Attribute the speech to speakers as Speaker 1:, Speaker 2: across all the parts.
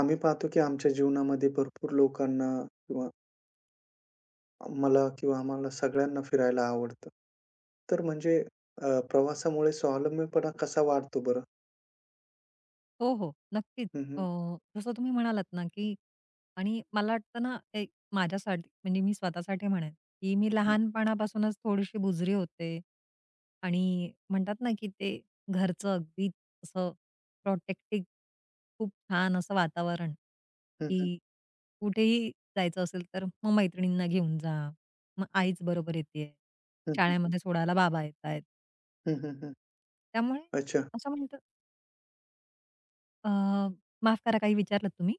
Speaker 1: आम्ही पाहतो की आमच्या जीवनामध्ये भरपूर लोकांना किंवा मला किंवा आम्हाला सगळ्यांना फिरायला आवडतं. तर म्हणजे प्रवासामुळे स्वावलंबीपणा कसा वाढतो बरं?
Speaker 2: हो, हो. नक्कीच.
Speaker 1: हं,
Speaker 2: अ,
Speaker 1: हं.
Speaker 2: जसं तुम्ही म्हणालात ना, की आणि मला वाटतं ना, माझ्यासाठी म्हणजे मी स्वतःसाठी म्हणेन, की मी लहानपणापासूनच थोडीशी बुजरी होते आणि म्हणतात ना, की ते घरचं अगदी असं प्रोटेक्टिव्ह खूप छान असं वातावरण,
Speaker 1: हं, हं.
Speaker 2: की कुठेही जायचं असेल तर मग मैत्रिणींना घेऊन जा. मग आईच बरोबर येतेय.
Speaker 1: हं, हं, हं.
Speaker 2: शाळेमध्ये सोडायला बाबा येतायत.
Speaker 1: हं, हं, हं.
Speaker 2: त्यामुळे
Speaker 1: अच्छा.
Speaker 2: असं म्हणतात. अ, माफ करा, काही विचारलत तुम्ही?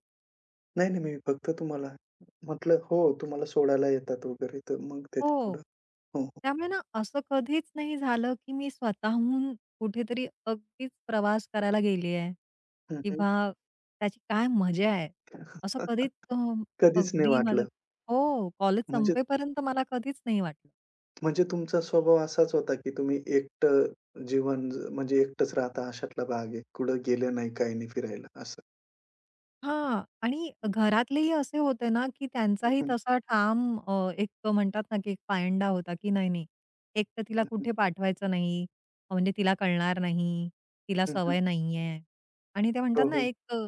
Speaker 1: नाही, नाही. मी फक्त तुम्हाला म्हटलं हो, तुम्हाला सोडायला येतात वगैरे, तर मग
Speaker 2: हो.
Speaker 1: त्याच्यापुढं हो, हो.
Speaker 2: त्यामुळे ना असं कधीच नाही झालं, की मी स्वतःहून कुठेतरी अगदीच प्रवास करायला गेली आहे
Speaker 1: हं, हं.
Speaker 2: किंवा त्याची काय मजा आहे. असं कधीच
Speaker 1: कधीच नाही
Speaker 2: अगदी माझं,
Speaker 1: वाटलं.
Speaker 2: हो, कॉलेज
Speaker 1: म्हणजे
Speaker 2: संपेपर्यंत मला कधीच नाही वाटलं.
Speaker 1: म्हणजे तुमचा स्वभाव असाच होता, की तुम्ही एकटं जीवन म्हणजे एकटंच राहता अशातला भाग आहे. कुठं गेले नाही, काही नाही फिरायला असं.
Speaker 2: हां. आणि घरातलेही असे होते ना, की
Speaker 1: हं,
Speaker 2: त्यांचाही
Speaker 1: हं,
Speaker 2: तसा ठाम एक म्हणतात ना, की एक पायंडा होता, की नाही, नाही. एक तर तिला
Speaker 1: हं,
Speaker 2: कुठे पाठवायचं नाही, म्हणजे तिला कळणार नाही, तिला सवय नाहीये. आणि ते म्हणतात
Speaker 1: हो,
Speaker 2: ना,
Speaker 1: हो.
Speaker 2: एक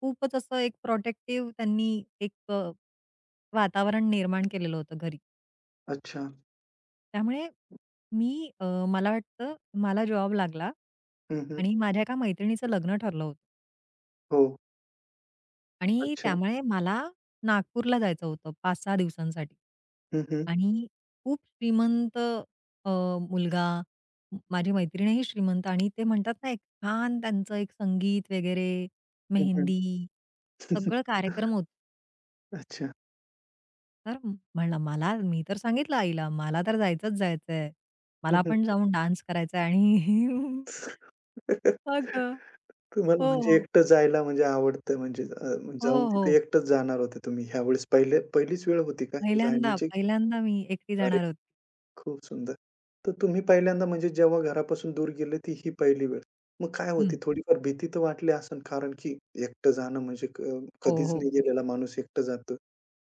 Speaker 2: खूपच असं एक प्रोटेक्टिव्ह त्यांनी एक वातावरण निर्माण केलेलं होतं घरी.
Speaker 1: अच्छा.
Speaker 2: त्यामुळे मी मला वाटतं मला जॉब लागला
Speaker 1: हं, हं.
Speaker 2: आणि माझ्या एका मैत्रिणीचं लग्न ठरलं होतं.
Speaker 1: हो.
Speaker 2: आणि
Speaker 1: अच्छा.
Speaker 2: त्यामुळे मला नागपूरला जायचं होतं 5-6 दिवसांसाठी.
Speaker 1: हं, हं.
Speaker 2: आणि खूप श्रीमंत अ, मुलगा, माझी मैत्रीणही श्रीमंत आणि ते म्हणतात ना, एक छान त्यांचं एक संगीत वगैरे,
Speaker 1: हं, हं.
Speaker 2: मेहंदी, सगळं कार्यक्रम होता.
Speaker 1: अच्छा.
Speaker 2: तर म्हणलं मला मी तर सांगितलं आईला, "मला तर जायचंच जायचंय.
Speaker 1: हं,
Speaker 2: मला
Speaker 1: हं.
Speaker 2: पण जाऊन डान्स करायचा आहे." आणि अगं.
Speaker 1: तुम्हाला
Speaker 2: हो,
Speaker 1: म्हणजे
Speaker 2: हो.
Speaker 1: एकटं जायला म्हणजे आवडतं म्हणजे
Speaker 2: हो,
Speaker 1: जाऊन तिथे
Speaker 2: हो.
Speaker 1: एकटंच जाणार होते तुम्ही ह्यावेळेस. पहिलीच वेळ होती का ही
Speaker 2: पहिल्यांदा,
Speaker 1: जाण्याची?
Speaker 2: पहिल्यांदा मी एकटी
Speaker 1: अरे
Speaker 2: जाणार होती.
Speaker 1: खूप सुंदर. तर तुम्ही पहिल्यांदा म्हणजे जेव्हा घरापासून दूर गेले ती ही पहिली वेळ. मग काय होती
Speaker 2: हं.
Speaker 1: थोडीफार भीती तर वाटली असेल कारण की एकटं जाणं म्हणजे
Speaker 2: हो,
Speaker 1: कधीच
Speaker 2: हो.
Speaker 1: नाही गेलेला माणूस एकटं जातं.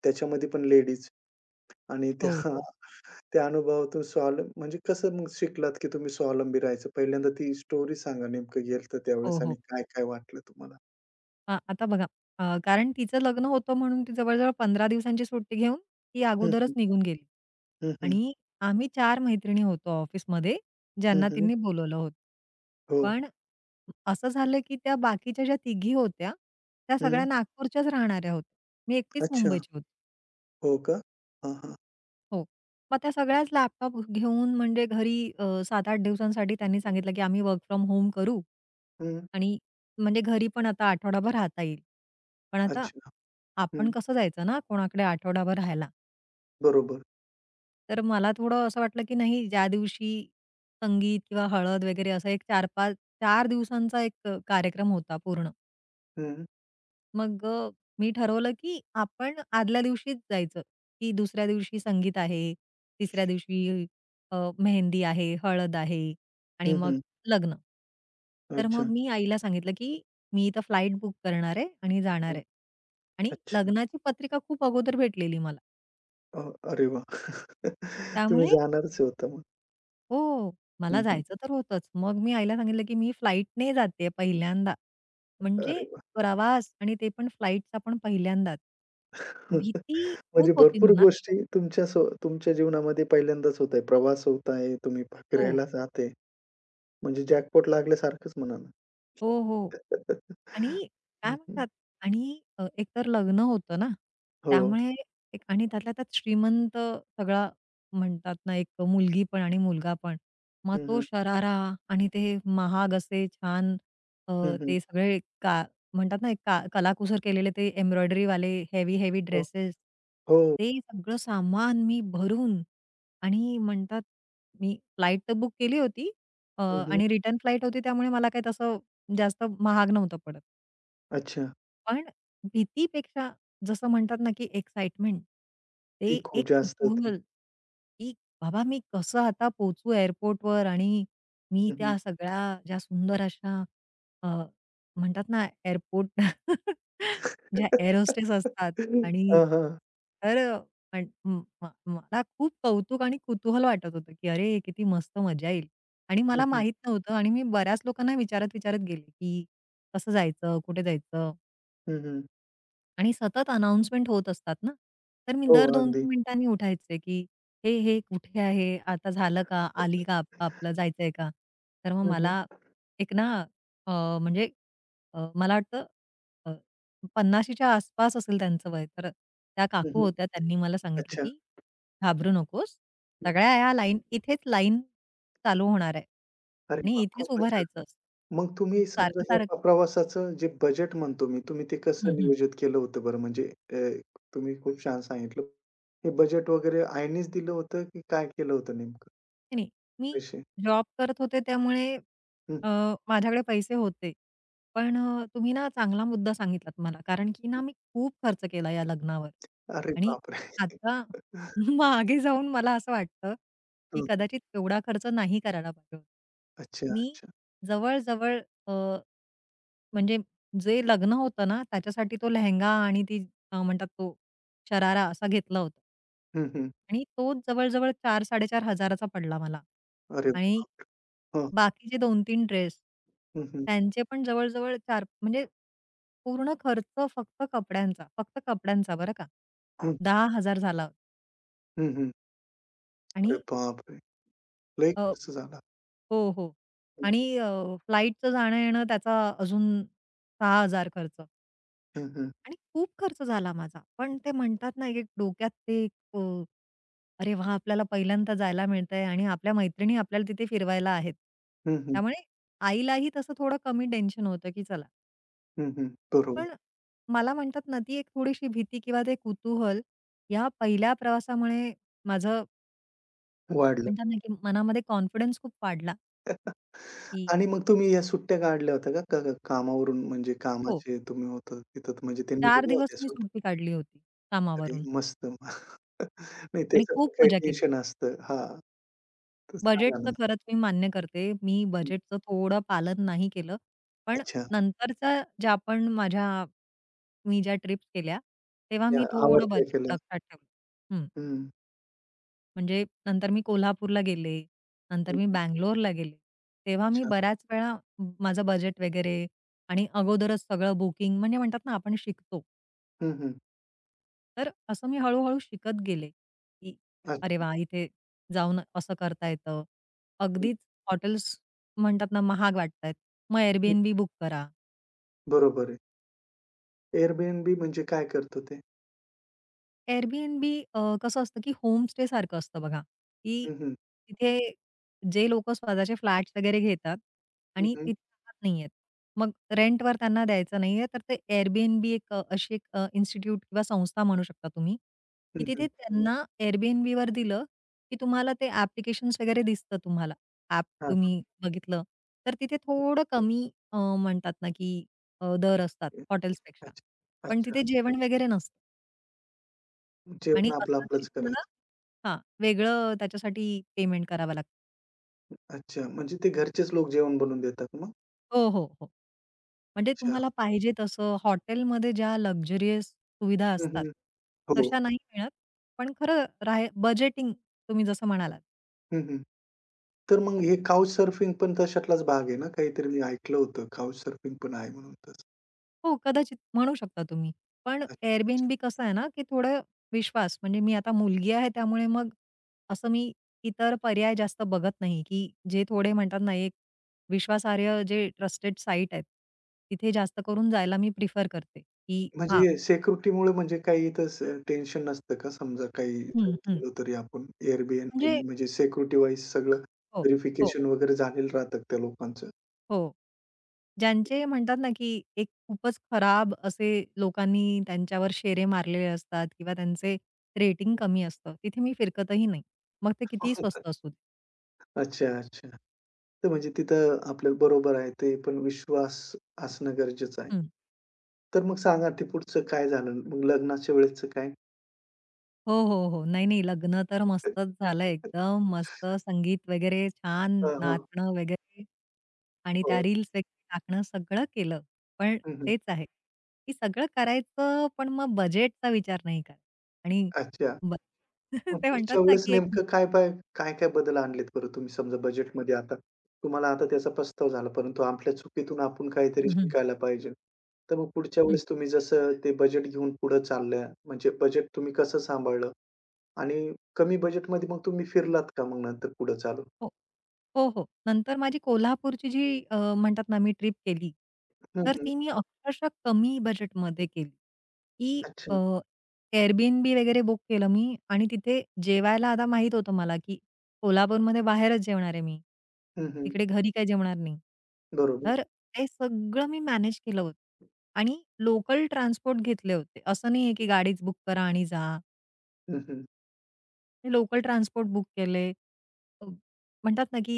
Speaker 1: त्याच्यामध्ये पण लेडीज आणि
Speaker 2: हो,
Speaker 1: त्या
Speaker 2: हो.
Speaker 1: त्या अनुभवातून म्हणजे कसं मग शिकलात की तुम्ही स्वावलंबी राहायचं? पहिल्यांदा ती स्टोरी सांगा नेमकं गेलं
Speaker 2: हो,
Speaker 1: त्यावेळेस आणि
Speaker 2: हो.
Speaker 1: काय-काय वाटलं तुम्हाला?
Speaker 2: आता बघा. कारण तिचं लग्न होतं म्हणून ती जवळ-जवळ 15 दिवसांची सुट्टी घेऊन ती
Speaker 1: हं,
Speaker 2: अगोदरच
Speaker 1: हं.
Speaker 2: निघून गेली.
Speaker 1: हं, हं.
Speaker 2: आणि आम्ही 4 मैत्रिणी होतो ऑफिसमध्ये ज्यांना
Speaker 1: हं,
Speaker 2: तिनी बोलवलं होतं.
Speaker 1: हो.
Speaker 2: पण असं झालं की त्या बाकीच्या ज्या तिघी होत्या, त्या
Speaker 1: हं.
Speaker 2: सगळ्या नागपूरच्याच राहणाऱ्या होत्या. मी एकटीच
Speaker 1: अच्छा.
Speaker 2: मुंबईची होते.
Speaker 1: हो का? हां, हां.
Speaker 2: हो. मग त्या सगळ्याच लॅपटॉप घेऊन म्हणजे घरी 7-8 दिवसांसाठी त्यांनी सांगितलं, की आम्ही वर्क फ्रॉम होम करू
Speaker 1: हं.
Speaker 2: आणि म्हणजे घरी पण आता आठवडाभर राहता येईल. पण आता
Speaker 1: अच्छा.
Speaker 2: आपण
Speaker 1: हं.
Speaker 2: कसं जायचं ना कोणाकडे आठवडाभर राहायला.
Speaker 1: बरोबर.
Speaker 2: तर मला थोडं असं वाटलं, की नाही ज्या दिवशी संगीत किंवा हळद वगैरे असा एक 4-5 4 दिवसांचा एक कार्यक्रम होता पूर्ण.
Speaker 1: हं.
Speaker 2: मग मी ठरवलं की आपण आदल्या दिवशीच जायचं, की दुसऱ्या दिवशी संगीत आहे, तिसऱ्या दिवशी मेहंदी आहे, हळद आहे आणि
Speaker 1: हं,
Speaker 2: मग
Speaker 1: हं.
Speaker 2: लग्न. तर मग
Speaker 1: अच्छा.
Speaker 2: मी आईला सांगितलं, की "मी इथं फ्लाइट बुक करणार आहे आणि
Speaker 1: हं.
Speaker 2: जाणार आहे." आणि
Speaker 1: अच्छा.
Speaker 2: लग्नाची पत्रिका खूप अगोदर भेटलेली मला.
Speaker 1: अ, अरे वाह! तुम्ही
Speaker 2: त्यामुळे
Speaker 1: जाणारच होता मग.
Speaker 2: हो, मला
Speaker 1: हं, हं.
Speaker 2: जायचं तर होतंच. मग मी आईला सांगितलं, की मी फ्लाईटने जातेय पहिल्यांदा.
Speaker 1: अरे
Speaker 2: म्हणजे
Speaker 1: वाह!
Speaker 2: प्रवास आणि ते पण फ्लाईटचा पण पहिल्यांदाच. भीती
Speaker 1: म्हणजे
Speaker 2: खूप होती
Speaker 1: भरपूर
Speaker 2: मनात.
Speaker 1: गोष्टी तुमच्या स्व तुमच्या जीवनामध्ये पहिल्यांदाच होत आहे. प्रवास होत आहे, तुम्ही
Speaker 2: हो.
Speaker 1: फिरायला जात आहे. म्हणजे जॅकपॉट लागल्यासारखंच म्हणा ना.
Speaker 2: हो, हो. आणि काय
Speaker 1: हं, हं.
Speaker 2: म्हणतात. आणि एकतर लग्न होतं ना,
Speaker 1: हो.
Speaker 2: त्यामुळे एक आणि त्यातल्या त्यात श्रीमंत सगळा, म्हणतात ना, एक मुलगी पण आणि मुलगा पण. मग
Speaker 1: हं,
Speaker 2: तो
Speaker 1: हं.
Speaker 2: शरारा आणि ते महाग असे छान, अ,
Speaker 1: हं, हं.
Speaker 2: ते सगळे का म्हणतात ना, एक का कलाकुसर केलेले ते एम्ब्रॉयडरी वाले हेवी, हेवी
Speaker 1: हो.
Speaker 2: ड्रेसेस.
Speaker 1: हो.
Speaker 2: ते सगळं सामान मी भरून आणि म्हणतात. मी फ्लाइट तर बुक केली होती,
Speaker 1: हं, हं.
Speaker 2: आणि रिटर्न फ्लाइट होती त्यामुळे मला काही तसं जास्त महाग नव्हतं पडत.
Speaker 1: अच्छा.
Speaker 2: पण भीतीपेक्षा जसं म्हणतात ना, की एक्साइटमेंट,
Speaker 1: ती
Speaker 2: ते
Speaker 1: खूप
Speaker 2: एक
Speaker 1: जास्त होती.
Speaker 2: कुतूहल, की बाबा मी कसं आता पोहोचू एअरपोर्टवर आणि मी
Speaker 1: हं, हं.
Speaker 2: त्या सगळ्या ज्या सुंदर अशा अ, म्हणतात ना एअरपोर्ट ज्या एअर होस्टेस असतात आणि
Speaker 1: हां, हां.
Speaker 2: तर पण म म मला खूप कौतुक आणि कुतूहल वाटत होतं, की अरे किती मस्त मजा येईल आणि
Speaker 1: हं,
Speaker 2: मला
Speaker 1: हं.
Speaker 2: माहीत नव्हतं आणि मी बऱ्याच लोकांना विचारत-विचारत गेले, की कसं जायचं? कुठे जायचं?
Speaker 1: हं, हं.
Speaker 2: आणि सतत अनाउन्समेंट होत असतात ना, तर मी
Speaker 1: हो,
Speaker 2: दर
Speaker 1: अगदी.
Speaker 2: 2-3 मिनिटांनी उठायचे, की "हे, हे कुठे आहे? आता झालं का? आली का? आपलं जायचंय का?" तर मग
Speaker 1: हं, हं.
Speaker 2: मला एक ना अ, म्हणजे मला वाटतं अ, 50शीच्या आसपास असेल त्यांचं वय. तर त्या
Speaker 1: हं,
Speaker 2: काकू
Speaker 1: हं.
Speaker 2: होत्या, त्यांनी मला सांगितलं,
Speaker 1: अच्छा.
Speaker 2: की "घाबरू नकोस. सगळ्या या लाईन इथेच लाईन चालू होणार आहे
Speaker 1: अरे
Speaker 2: आणि
Speaker 1: वाह!
Speaker 2: इथेच
Speaker 1: खूपच
Speaker 2: उभं
Speaker 1: छान.
Speaker 2: राहायचं असतं.
Speaker 1: मग तुम्ही समजा ह्या
Speaker 2: सारखं-सारखं."
Speaker 1: प्रवासाचं जे बजेट म्हणतो मी, तुम्ही ते कसं नियोजित केलं होतं बरं? म्हणजे अ, तुम्ही खूप छान सांगितलं. हे बजेट वगैरे आईनेच दिलं होतं की काय केलं होतं नेमकं
Speaker 2: नाही, मी
Speaker 1: पैसे?
Speaker 2: जॉब करत होते त्यामुळे
Speaker 1: हं,
Speaker 2: अ, माझ्याकडे पैसे होते. पण तुम्ही ना चांगला मुद्दा सांगितलात मला. कारण की ना मी खूप खर्च केला या लग्नावर
Speaker 1: अरे
Speaker 2: आणि
Speaker 1: बापरे!
Speaker 2: आता मागे जाऊन मला असं वाटतं, की
Speaker 1: हं,
Speaker 2: कदाचित एवढा खर्च नाही करायला पाहिजे होता.
Speaker 1: अच्छा,
Speaker 2: मी
Speaker 1: अच्छा.
Speaker 2: जवळ म्हणजे जे लग्न होतं ना, त्याच्यासाठी तो लेहेंगा आणि ती म्हणतात तो शरारा असा घेतला होता.
Speaker 1: हं, हं.
Speaker 2: आणि तोच जवळ-जवळ 4,000-4,500 पडला मला.
Speaker 1: अरे
Speaker 2: आणि
Speaker 1: बापरे! हां.
Speaker 2: बाकीचे 2-3 ड्रेस,
Speaker 1: हं, हं.
Speaker 2: त्यांचे पण जवळ-जवळ 4 म्हणजे पूर्ण खर्च फक्त कपड्यांचा, फक्त कपड्यांचा बरं का,
Speaker 1: हं,
Speaker 2: 10,000 झाला होता.
Speaker 1: हं, हं.
Speaker 2: आणि
Speaker 1: अरे बापरे! लय
Speaker 2: अ,
Speaker 1: खर्च झाला.
Speaker 2: हो, हो.
Speaker 1: हं,
Speaker 2: आणि
Speaker 1: हं.
Speaker 2: जाणं-येणं त्याचा अजून 6,000 खर्च.
Speaker 1: हं, हं.
Speaker 2: आणि खूप खर्च झाला माझा. पण ते म्हणतात ना, एक डोक्यात ते एक, "अरे वाह! आपल्याला पहिल्यांदा जायला मिळतंय आणि आपल्या मैत्रिणी आपल्याला तिथे फिरवायला आहेत."
Speaker 1: हं, हं.
Speaker 2: त्यामुळे आईलाही तसं थोडं कमी टेन्शन होतं, की चला.
Speaker 1: हं, हं. बरोबर.
Speaker 2: पण मला म्हणतात ना, ती एक थोडीशी भीती किंवा ते कुतूहल या पहिल्या प्रवासामुळे माझं
Speaker 1: वाढलं.
Speaker 2: म्हणतात ना, की मनामध्ये कॉन्फिडन्स खूप वाढला, की
Speaker 1: आणि मग तुम्ही या सुट्ट्या काढल्या होत्या का? का कामावरून म्हणजे
Speaker 2: हो,
Speaker 1: कामाचे तुम्ही होतं तिथं तर म्हणजे त्यांनी
Speaker 2: 4
Speaker 1: दिल्या
Speaker 2: दिवस
Speaker 1: होत्या
Speaker 2: मी
Speaker 1: सुट्ट्या?
Speaker 2: सुट्टी काढली होती
Speaker 1: अरे
Speaker 2: कामावरून
Speaker 1: मस्त. नाही
Speaker 2: आणि
Speaker 1: त्याचं पण
Speaker 2: खूप
Speaker 1: काही
Speaker 2: मजा केली.
Speaker 1: टेन्शन असतं. हां, तर सांगा
Speaker 2: बजेटचं
Speaker 1: ना.
Speaker 2: खरंच मी मान्य करते. मी
Speaker 1: हं.
Speaker 2: बजेटचं थोडं पालन नाही केलं. पण
Speaker 1: अच्छा.
Speaker 2: नंतरचा ज्या आपण माझ्या मी ज्या ट्रिप्स केल्या, तेव्हा
Speaker 1: त्या
Speaker 2: मी थोडं
Speaker 1: आवडत्या
Speaker 2: बजेट
Speaker 1: केल्या.
Speaker 2: लक्षात ठेवलं. हं.
Speaker 1: हं.
Speaker 2: म्हणजे नंतर मी कोल्हापूरला गेले,
Speaker 1: हं,
Speaker 2: नंतर मी
Speaker 1: हं.
Speaker 2: बंगलोरला गेले. तेव्हा मी
Speaker 1: अच्छा.
Speaker 2: बऱ्याच वेळा माझं बजेट वगैरे आणि अगोदरच सगळं बुकिंग म्हणजे म्हणतात ना आपण शिकतो.
Speaker 1: हं, हं.
Speaker 2: तर असं मी हळू-हळू शिकत गेले, की अरे
Speaker 1: अच्छा.
Speaker 2: वाह! इथे जाऊन असं करता येतं.
Speaker 1: हं,
Speaker 2: अगदीच हॉटेल्स म्हणतात ना, महाग वाटतायत. मग
Speaker 1: हं.
Speaker 2: Airbnb बुक करा.
Speaker 1: बरोबर आहे. Airbnb म्हणजे काय करतं ते?
Speaker 2: Airbnb कसं असतं, की होमस्टे सारखं असतं बघा, की
Speaker 1: हं, हं.
Speaker 2: तिथे जे लोकं स्वतःचे फ्लॅट्स वगैरे घेतात
Speaker 1: हं,
Speaker 2: आणि
Speaker 1: हं.
Speaker 2: तिथे राहत नाहीयेत. मग रेंटवर त्यांना द्यायचं नाहीये, तर ते Airbnb एक अशी एक इन्स्टिट्यूट किंवा संस्था म्हणू शकता तुम्ही,
Speaker 1: हं,
Speaker 2: की
Speaker 1: हं.
Speaker 2: तिथे त्यांना Airbnbवर दिलं, की तुम्हाला ते ॲप्लिकेशन्स वगैरे दिसतं तुम्हाला. ॲप
Speaker 1: हां, हां.
Speaker 2: तुम्ही बघितलं, तर तिथे थोडं कमी म्हणतात ना, की दर असतात
Speaker 1: हं.
Speaker 2: हॉटेल्सपेक्षा.
Speaker 1: अच्छा.
Speaker 2: पण
Speaker 1: अच्छा.
Speaker 2: तिथे जेवण वगैरे नसतं.
Speaker 1: जेवण
Speaker 2: आणि
Speaker 1: आपलं
Speaker 2: असलं तरी
Speaker 1: आपलंच
Speaker 2: तुम्हाला,
Speaker 1: करायचं.
Speaker 2: हां, वेगळं त्याच्यासाठी पेमेंट करावं लागतं.
Speaker 1: अच्छा. म्हणजे ते घरचेच लोक जेवण बनवून देतात मग?
Speaker 2: हो, हो, हो. म्हणजे
Speaker 1: अच्छा.
Speaker 2: तुम्हाला पाहिजे तसं हॉटेलमध्ये ज्या लक्झरियस सुविधा
Speaker 1: हं,
Speaker 2: असतात,
Speaker 1: हं. हो.
Speaker 2: तशा नाही मिळत. पण खरं राहे बजेटिंग तुम्ही जसं म्हणालात.
Speaker 1: हं, हं. तर मग हे काउच सर्फिंग पण तशातलाच भाग आहे ना? काहीतरी मी ऐकलं होतं काउच सर्फिंग पण आहे म्हणून तसं.
Speaker 2: हो, कदाचित म्हणू शकता तुम्ही. पण
Speaker 1: अच्छा, अच्छा.
Speaker 2: Airbnb कसं आहे ना, की थोडं विश्वास म्हणजे मी आता मुलगी आहे त्यामुळे मग असं मी इतर पर्याय जास्त बघत नाही, की जे थोडे म्हणतात ना, एक विश्वासार्ह, जे ट्रस्टेड साईट आहेत, तिथे जास्त करून जायला मी प्रिफर करते, की हां,
Speaker 1: म्हणजे सिक्युरिटीमुळे म्हणजे काही इथं स टेन्शन नसतं का? समजा काही इथं
Speaker 2: हं, हं.
Speaker 1: गेलो तरी आपण Airbnb
Speaker 2: म्हणजे
Speaker 1: म्हणजे सिक्युरिटी वाईज सगळं
Speaker 2: हो, हो,
Speaker 1: व्हेरिफिकेशन वगैरे झालेलं राहतं त्या लोकांचं.
Speaker 2: हो. ज्यांचे म्हणतात ना, की एक खूपच खराब असे लोकांनी त्यांच्यावर शेरे मारलेले असतात किंवा त्यांचे रेटिंग कमी असतं, तिथे मी फिरकतही नाही. मग ते कितीही स्वस्त असू दे.
Speaker 1: अच्छा, अच्छा. तर म्हणजे तिथं आपल्याला बरोबर आहे ते पण विश्वास असणं गरजेचं आहे.
Speaker 2: हं.
Speaker 1: तर मग सांगा ते पुढचं काय झालं? मग लग्नाच्या वेळेसचं काय?
Speaker 2: हो, हो, हो. नाही, नाही. लग्न तर मस्तच झालं, एकदम मस्त संगीत वगैरे छान
Speaker 1: हां, हां.
Speaker 2: नाचणं वगैरे आणि त्या
Speaker 1: हो.
Speaker 2: रील्स वगैरे टाकणं सगळं केलं. पण
Speaker 1: हं, हं.
Speaker 2: तेच आहे, की सगळं करायचं पण मग बजेटचा विचार नाही करायचा आणि
Speaker 1: अच्छा.
Speaker 2: ब
Speaker 1: मग
Speaker 2: ते म्हणतात
Speaker 1: पुढच्या
Speaker 2: ना,
Speaker 1: वेळेस
Speaker 2: की एक
Speaker 1: नेमकं काय-काय बदल आणलेत बरं तुम्ही? समजा बजेटमध्ये आता तुम्हाला आता त्याचा पस्ताव झाला, परंतु आपल्या चुकीतून आपण काहीतरी
Speaker 2: हं, हं.
Speaker 1: शिकायला पाहिजे. तर मग पुढच्या वेळेस तुम्ही जसं ते बजेट घेऊन पुढे चालल्या, म्हणजे बजेट तुम्ही कसं सांभाळलं? आणि कमी बजेटमध्ये मग तुम्ही फिरलात का मग नंतर पुढे चालून?
Speaker 2: हो. हो, हो. नंतर माझी कोल्हापूरची जी म्हणतात ना, मी ट्रिप केली,
Speaker 1: हं,
Speaker 2: तर
Speaker 1: हं.
Speaker 2: ती मी अक्षरशः कमी बजेटमध्ये केली, की अ,
Speaker 1: अच्छा.
Speaker 2: Airbnb वगैरे बुक केलं मी आणि तिथे जेवायला आता माहीत होतं मला, की कोल्हापूरमध्ये बाहेरच जेवणार आहे मी.
Speaker 1: हं, हं.
Speaker 2: तिकडे घरी काही जेवणार नाही.
Speaker 1: बरोबर.
Speaker 2: तर ते सगळं मी मॅनेज केलं होतं आणि लोकल ट्रान्सपोर्ट घेतले होते. असं नाहीये, की गाडीच बुक करा आणि जा.
Speaker 1: हं, हं.
Speaker 2: मी लोकल ट्रान्सपोर्ट बुक केले. अ, म्हणतात ना, की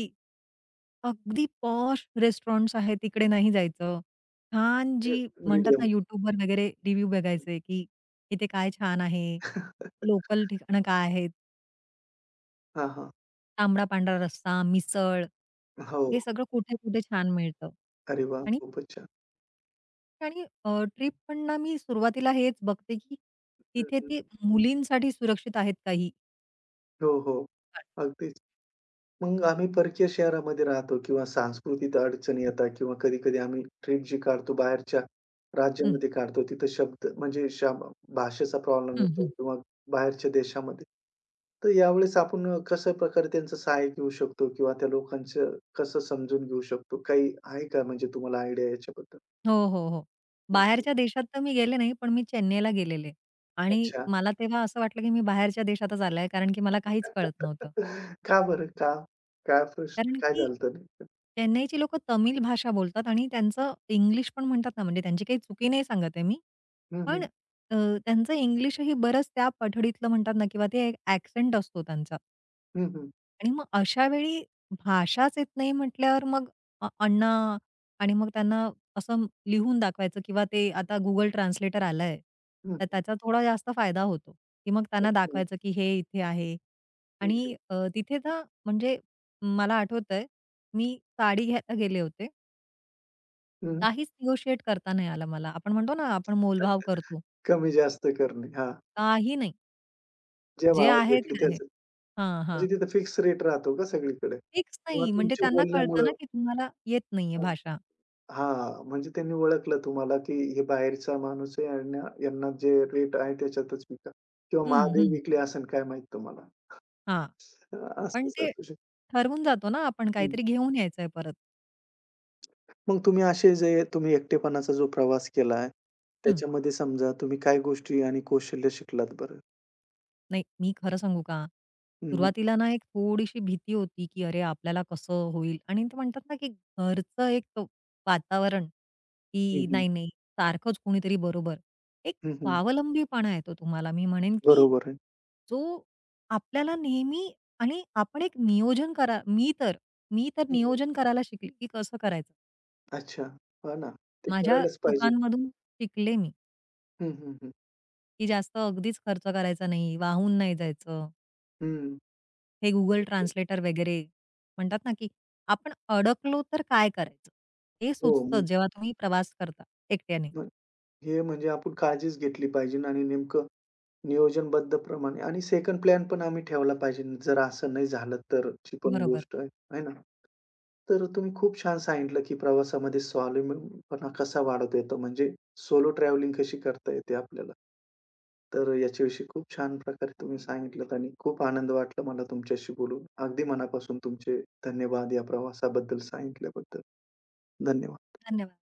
Speaker 2: अगदी पॉश रेस्टॉरंट्स आहेत तिकडे नाही जायचं. छान
Speaker 1: हे
Speaker 2: जी म्हणतात ना
Speaker 1: मीडियम.
Speaker 2: YouTubeवर वगैरे रिव्ह्यू बघायचे, की इथे काय छान आहे, लोकल ठिकाणं काय आहेत,
Speaker 1: हां, हां.
Speaker 2: तांबडा-पांढरा रस्सा, मिसळ
Speaker 1: हो.
Speaker 2: हे सगळं कुठे-कुठे छान मिळतं.
Speaker 1: अरे वाह!
Speaker 2: आणि
Speaker 1: खूपच छान.
Speaker 2: आणि ट्रिप पण ना मी सुरुवातीला हेच बघते, की
Speaker 1: हं,
Speaker 2: तिथे
Speaker 1: हं.
Speaker 2: ती मुलींसाठी सुरक्षित आहेत का ही
Speaker 1: हो, हो. अगदीच. मग आम्ही परकीय शहरामध्ये राहतो किंवा सांस्कृतिक अडचणी येतात किंवा कधी-कधी आम्ही ट्रिप जी काढतो बाहेरच्या
Speaker 2: ठिकाणं?
Speaker 1: राज्यामध्ये काढतो, तिथं शब्द म्हणजे शाम भाषेचा प्रॉब्लेम येतो
Speaker 2: हं.
Speaker 1: किंवा बाहेरच्या देशामध्ये. तर यावेळेस आपण कशा प्रकारे त्यांचं सहाय्य घेऊ शकतो किंवा त्या लोकांचं कसं समजून घेऊ शकतो? काही आहे का म्हणजे तुम्हाला आयडिया याच्याबद्दल?
Speaker 2: हो, हो, हो.
Speaker 1: हं,
Speaker 2: बाहेरच्या देशात तर मी गेले नाही, पण मी चेन्नईला गेलेले आणि
Speaker 1: अच्छा.
Speaker 2: मला तेव्हा असं वाटलं, की मी बाहेरच्या देशातच आले, कारण की मला काहीच कळत नव्हतं.
Speaker 1: का बरं? का? काय प्रश्न
Speaker 2: कारण
Speaker 1: काय
Speaker 2: की
Speaker 1: झालं होतं नेमकं?
Speaker 2: चेन्नईची लोकं तमिळ भाषा बोलतात आणि त्यांचं इंग्लिश पण म्हणतात ना, म्हणजे त्यांची काही चुकी नाही सांगत आहे मी.
Speaker 1: हं,
Speaker 2: पण
Speaker 1: हं.
Speaker 2: अ, त्यांचं इंग्लिशही बरंच त्या पठडीतलं म्हणतात ना किंवा ते ॲक्सेंट असतो त्यांचा.
Speaker 1: हं, हं.
Speaker 2: आणि मग अशा वेळी भाषाच येत नाही म्हटल्यावर मग अण्णा आणि मग त्यांना असं लिहून दाखवायचं किंवा ते आता Google ट्रान्सलेटर आलंय, तर त्याचा थोडा जास्त फायदा होतो, की मग त्यांना
Speaker 1: अच्छा.
Speaker 2: दाखवायचं की हे इथे आहे.
Speaker 1: हं,
Speaker 2: आणि
Speaker 1: हं.
Speaker 2: तिथे ना म्हणजे मला आठवतंय, मी साडी घ्यायला गेले होते. काहीच निगोशिएट करता नाही आलं मला. आपण म्हणतो ना, आपण
Speaker 1: हं.
Speaker 2: मोलभाव करतो.
Speaker 1: कमी-जास्त करणे. हा?
Speaker 2: काही नाही.
Speaker 1: ज्या
Speaker 2: जे
Speaker 1: भावात
Speaker 2: आहे
Speaker 1: भेटली
Speaker 2: ते आहे.
Speaker 1: त्याचं.
Speaker 2: हां, हां.
Speaker 1: म्हणजे तिथं फिक्स रेट राहतो का सगळीकडे?
Speaker 2: फिक्स
Speaker 1: किंवा
Speaker 2: नाही म्हणजे
Speaker 1: तुमच्या
Speaker 2: त्यांना कळतं ना,
Speaker 1: बोलण्यामुळं
Speaker 2: की तुम्हाला येत नाहीये
Speaker 1: हां,
Speaker 2: भाषा.
Speaker 1: म्हणजे त्यांनी ओळखलं तुम्हाला, की हे बाहेरचा माणूस आहे यांना यांना जे रेट आहे त्याच्यातच विका किंवा
Speaker 2: हं,
Speaker 1: महागही
Speaker 2: हं.
Speaker 1: विकले असेल काय माहीत तुम्हाला.
Speaker 2: हां.
Speaker 1: अ,
Speaker 2: पण
Speaker 1: असंच
Speaker 2: ते
Speaker 1: असू शकतं.
Speaker 2: ठरवून जातो ना आपण
Speaker 1: हं.
Speaker 2: काहीतरी घेऊन यायचंय परत.
Speaker 1: मग तुम्ही असे जे तुम्ही एकटेपणाचा जो प्रवास केला आहे,
Speaker 2: हं.
Speaker 1: त्याच्यामध्ये समजा तुम्ही काय गोष्टी आणि कौशल्य शिकलात बरं?
Speaker 2: नाही मी खरं सांगू का?
Speaker 1: हं, हं.
Speaker 2: सुरुवातीला ना एक थोडीशी भीती होती, की अरे आपल्याला कसं होईल? आणि ते म्हणतात ना, की घरचं एक वातावरण,
Speaker 1: हं,
Speaker 2: की
Speaker 1: हं.
Speaker 2: नाही, नाही सारखंच कोणीतरी बरोबर. एक
Speaker 1: हं,
Speaker 2: स्वावलंबीपणा येतो तुम्हाला मी म्हणेन, की
Speaker 1: बरोबर आहे.
Speaker 2: जो आपल्याला नेहमी आणि आपण एक नियोजन करा मी तर, मी तर
Speaker 1: हं, हं.
Speaker 2: नियोजन करायला शिकले, की कसं करायचं.
Speaker 1: अच्छा. हां ना. ते
Speaker 2: माझ्या
Speaker 1: करायलाच पाहिजे.
Speaker 2: चुकांमधून शिकले मी.
Speaker 1: हं, हं, हं.
Speaker 2: की जास्त अगदीच खर्च करायचा नाही, वाहून नाही जायचं.
Speaker 1: हं.
Speaker 2: हे गुगल ट्रान्सलेटर वगैरे म्हणतात ना, की आपण अडकलो तर काय करायचं? हे
Speaker 1: हो.
Speaker 2: सुचतं जेव्हा तुम्ही प्रवास करता एकट्याने.
Speaker 1: मग हे म्हणजे आपण काळजीच घेतली पाहिजे आणि नेमकं नियोजनबद्ध प्रमाणे आणि सेकंड प्लॅन पण आम्ही ठेवला पाहिजे. जर असं नाही झालं तरची पण
Speaker 2: बरोबर.
Speaker 1: गोष्ट आहे. आहे ना? तर तुम्ही खूप छान सांगितलं, की प्रवासामध्ये स्वावलंबीपणा कसा वाढवता येतो, म्हणजे सोलो ट्रॅव्हलिंग कशी करता येते आपल्याला. तर याच्याविषयी खूप छान प्रकारे तुम्ही सांगितलत आणि खूप आनंद वाटला मला तुमच्याशी बोलून. अगदी मनापासून तुमचे धन्यवाद या प्रवासाबद्दल सांगितल्याबद्दल. धन्यवाद.
Speaker 2: धन्यवाद.